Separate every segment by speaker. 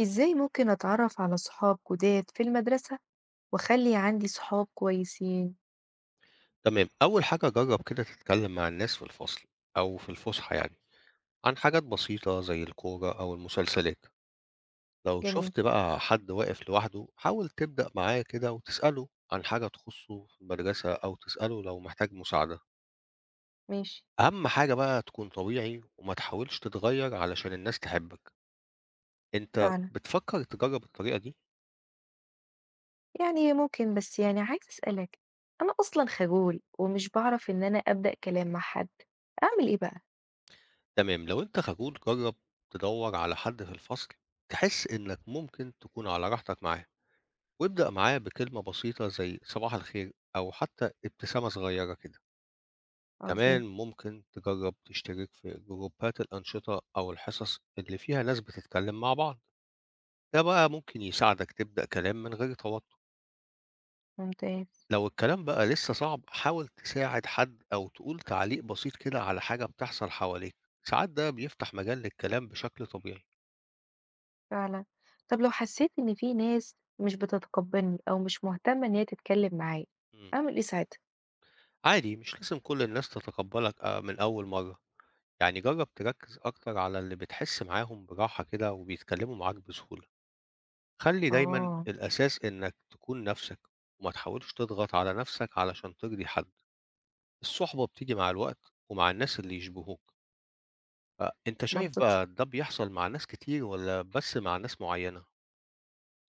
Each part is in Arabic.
Speaker 1: إزاي ممكن أتعرف على صحاب جداد في المدرسة وأخلي عندي صحاب كويسين؟
Speaker 2: تمام، أول حاجة جرب كده تتكلم مع الناس في الفصل أو في الفسحة، يعني عن حاجات بسيطة زي الكورة أو المسلسلات. لو
Speaker 1: جميل.
Speaker 2: شفت بقى حد واقف لوحده حاول تبدأ معاه كده وتسأله عن حاجة تخصه في المدرسة أو تسأله لو محتاج مساعدة.
Speaker 1: ماشي.
Speaker 2: أهم حاجة بقى تكون طبيعي وما تحاولش تتغير علشان الناس تحبك. أنت
Speaker 1: فعلا،
Speaker 2: بتفكر تجرب الطريقة دي؟
Speaker 1: يعني ممكن، بس يعني عايز أسألك، أنا أصلا خجول ومش بعرف إن أنا أبدأ كلام مع حد، أعمل إيه بقى؟
Speaker 2: تمام، لو أنت خجول جرب تدور على حد في الفصل تحس إنك ممكن تكون على راحتك معاه، وابدأ معاه بكلمة بسيطة زي صباح الخير أو حتى ابتسامة صغيرة كده. كمان
Speaker 1: عظيم.
Speaker 2: ممكن تجرب تشترك في جروبات الأنشطة أو الحصص اللي فيها ناس بتتكلم مع بعض، ده بقى ممكن يساعدك تبدأ كلام من غير توتر.
Speaker 1: ممتاز.
Speaker 2: لو الكلام بقى لسه صعب حاول تساعد حد أو تقول تعليق بسيط كده على حاجة بتحصل حواليك، ساعات ده بيفتح مجال للكلام بشكل طبيعي.
Speaker 1: فعلا. طب لو حسيت إن في ناس مش بتتقبلني أو مش مهتمة إن هي تتكلم معايا،
Speaker 2: مم.
Speaker 1: أعمل إيه ساعتها؟
Speaker 2: عادي، مش لازم كل الناس تتقبلك آه، من أول مرة. يعني جرّب تركّز أكتر على اللي بتحس معاهم براحة كده وبيتكلّموا معاك بسهولة، خلّي دايمًا
Speaker 1: آه.
Speaker 2: الأساس إنّك تكون نَفْسك وما تحاولش تضغط على نَفْسك علشان ترضي حد، الصُحبة بتيجي مع الوقت ومع الناس اللي يشبهوك. فأنت شايف
Speaker 1: منطقي،
Speaker 2: بقى ده بيحصل مع ناس كتير والّا بس مع ناس معيّنة؟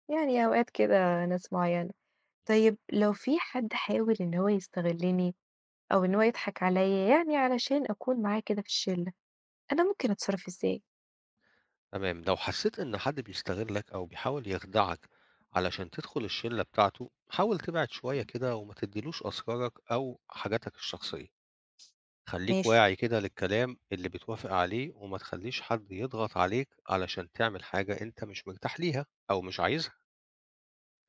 Speaker 1: يعني أوقات كده ناس معينة. طيب لو في حد حاول إن هو يستغلني أو إن هو يضحك عليّا، يعني علشان أكون معاه كده في الشلة، أنا ممكن أتصرف إزاي؟
Speaker 2: تمام، لو حسّيت إن حد بيستغلّك أو بيحاول يخدعك علشان تدخُل الشِلّة بتاعته، حاول تبعد شوية كده وما تدّيلوش أسرارك أو حاجاتك الشخصية. خلّيك
Speaker 1: ماشي.
Speaker 2: واعي كده للكلام اللي بتوافق عليه، وما تخلّيش حد يضغط عليك علشان تعمل حاجة أنت مش مرتاح ليها أو مش عايزها.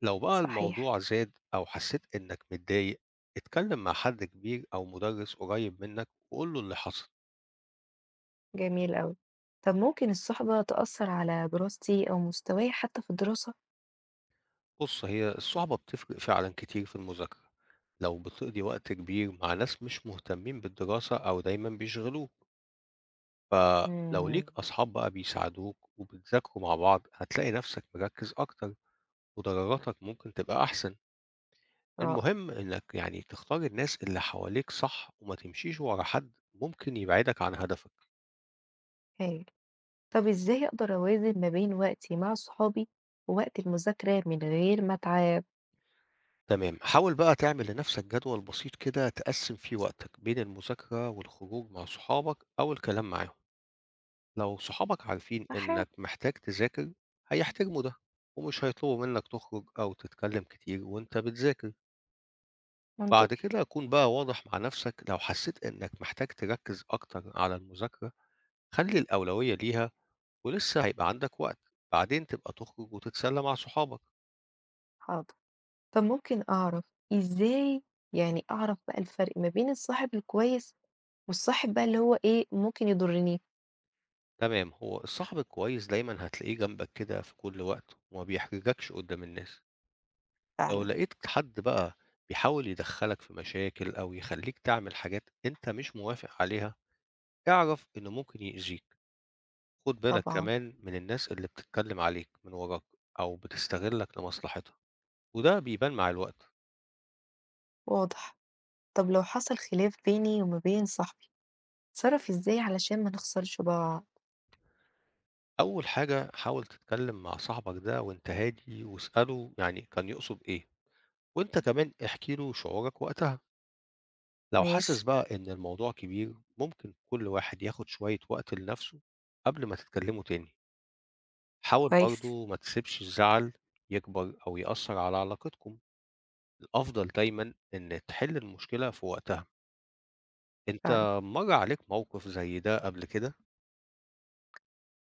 Speaker 2: لو بقى
Speaker 1: صحيح.
Speaker 2: الموضوع زاد أو حسّيت إنّك متضايق، اتكلّم مع حد كبير أو مُدرِّس قريّب منّك وقُل له اللي حصل.
Speaker 1: جميل أوي. طب ممكن الصحبة تأثّر على دراستي أو مستواي حتى في الدراسة؟
Speaker 2: بُص، هي الصحبة بتفرق فعلًا كتير في المذاكرة، لو بتقضي وقت كبير مع ناس مش مهتمين بالدراسة أو دايمًا بيشغلوك. فلو
Speaker 1: إمم.
Speaker 2: ليك أصحاب بقى بيساعدوك وبتذاكروا مع بعض، هتلاقي نَفْسك مركّز أكتر ودرجاتك ممكن تبقى أحسن.
Speaker 1: رائع.
Speaker 2: المهم إنك يعني تختار الناس اللي حواليك صح، وما تمشيش ورا حد ممكن يبعدك عن هدفك.
Speaker 1: هايل. طب إزاي أقدر أوازن ما بين وقتي مع صحابي ووقت المذاكرة من غير ما أتعب؟
Speaker 2: تمام، حاول بقى تعمل لنفسك جدول بسيط كده تقسّم فيه وقتك بين المذاكرة والخروج مع صحابك أو الكلام معاهم. لو صحابك عارفين
Speaker 1: هاحاول.
Speaker 2: إنك محتاج تذاكر هيحترموا ده، ومش هيطلبوا منك تخرج أو تتكلم كتير وأنت بتذاكر. بعد
Speaker 1: منطقي.
Speaker 2: كده كون بقى واضح مع نفسك، لو حسيت إنك محتاج تركز أكتر على المذاكرة خلّي الأولوية ليها ولسه هيبقى عندك وقت، بعدين تبقى تخرج وتتسلى مع صحابك.
Speaker 1: حاضر. طب ممكن أعرف إزاي، يعني أعرف بقى الفرق ما بين الصاحب الكويس والصاحب بقى اللي هو إيه، ممكن يضرني؟
Speaker 2: تمام، هو الصاحب الكويس دايمًا هتلاقيه جنبك كده في كل وقت وما بيحرجكش قدّام الناس. لو
Speaker 1: فعلًا.
Speaker 2: لقيت حد بقى بيحاول يدخّلك في مشاكل أو يخلّيك تعمل حاجات أنت مش موافق عليها، اعرف إنه ممكن يأذيك. خُد بالك
Speaker 1: طبعًا.
Speaker 2: كمان من الناس اللي بتتكلم عليك من وراك أو بتستغلك لمصلحتها، وده بيبان مع الوقت.
Speaker 1: واضح. طب لو حصل خلاف بيني وما بين صاحبي، اتصرف ازاي علشان ما نخسرش بعض؟
Speaker 2: أول حاجة حاول تتكلم مع صاحبك ده وأنت هادي واسأله يعني كان يقصد إيه، وأنت كمان احكِ له شعورك وقتها. لو
Speaker 1: ماشي.
Speaker 2: حاسس بقى إن الموضوع كبير ممكن كل واحد ياخد شوية وقت لنفسه قبل ما تتكلموا تاني، حاول
Speaker 1: كويس.
Speaker 2: برضه ما تسيبش الزعل يكبر أو يأثر على علاقتكم، الأفضل دايمًا إن تحل المشكلة في وقتها.
Speaker 1: فعلا،
Speaker 2: أنت مَر عليك موقف زي ده قبل كده؟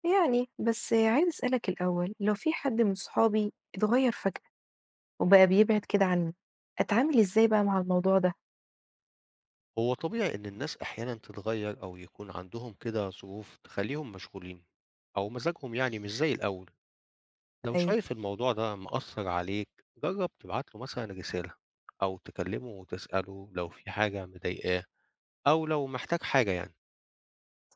Speaker 1: يعني بس عايز اسألك الأول، لو في حد من صحابي اتغير فجأة وبقى بيبعد كده عني، اتعامل ازاي بقى مع الموضوع ده؟
Speaker 2: هو طبيعي إن الناس أحيانًا تتغير أو يكون عندهم كده ظروف تخليهم مشغولين أو مزاجهم يعني مش زي الأول. لو
Speaker 1: أيوه.
Speaker 2: شايف الموضوع ده مأثر عليك جرب تبعت له مثلا رسالة أو تكلمه وتسأله لو في حاجة مضايقاه أو لو محتاج حاجة يعني.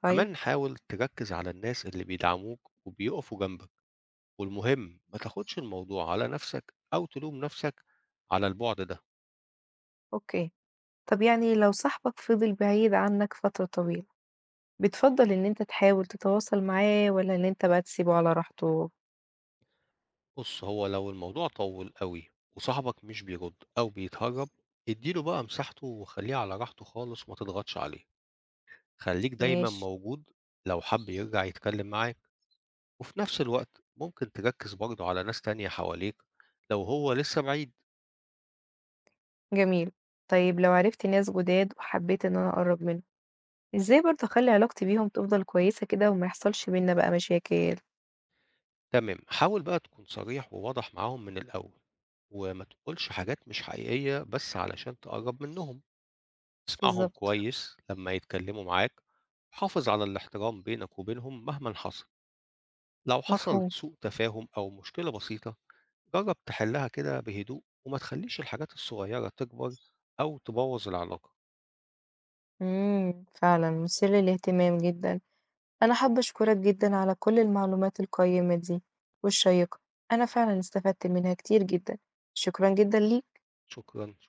Speaker 1: طيب.
Speaker 2: كمان حاول تركز على الناس اللي بيدعموك وبيقفوا جنبك، والمهم ما تاخدش الموضوع على نفسك أو تلوم نفسك على البعد ده.
Speaker 1: اوكي. طب يعني لو صاحبك فضل بعيد عنك فترة طويلة، بتفضل ان انت تحاول تتواصل معاه ولا ان انت بقى تسيبه على راحته؟
Speaker 2: بص، هو لو الموضوع طول قوي وصاحبك مش بيرد أو بيتهرب اديله بقى مساحته وخليه على راحته خالص وما تضغطش عليه، خليك دايما
Speaker 1: ماشي.
Speaker 2: موجود لو حب يرجع يتكلم معاك. وفي نفس الوقت ممكن تركز برضه على ناس تانية حواليك لو هو لسه بعيد.
Speaker 1: جميل. طيب لو عرفت ناس جداد وحبيت ان انا اقرب منه، إزاي برضه أخلّي علاقتي بيهم تفضل كويسة كده وما يحصلش بيننا بقى مشاكل؟
Speaker 2: تمام، حاول بقى تكون صريح وواضح معاهم من الأول وما تقولش حاجات مش حقيقية بس علشان تقرب منهم، اسمعهم
Speaker 1: بالضبط.
Speaker 2: كويس لما يتكلموا معاك، حافظ على الاحترام بينك وبينهم مهما حصل. لو حصل
Speaker 1: مفهوم.
Speaker 2: سوء تفاهم أو مشكلة بسيطة جرب تحلها كده بهدوء وما تخليش الحاجات الصغيرة تكبر أو تبوظ العلاقة.
Speaker 1: فعلًا مثير للاهتمام جدًا، أنا حابة أشكرك جدًا على كل المعلومات القيّمة دي والشيقة، أنا فعلًا استفدت منها كتير جدًا، شكرًا جدًا ليك.
Speaker 2: شكرا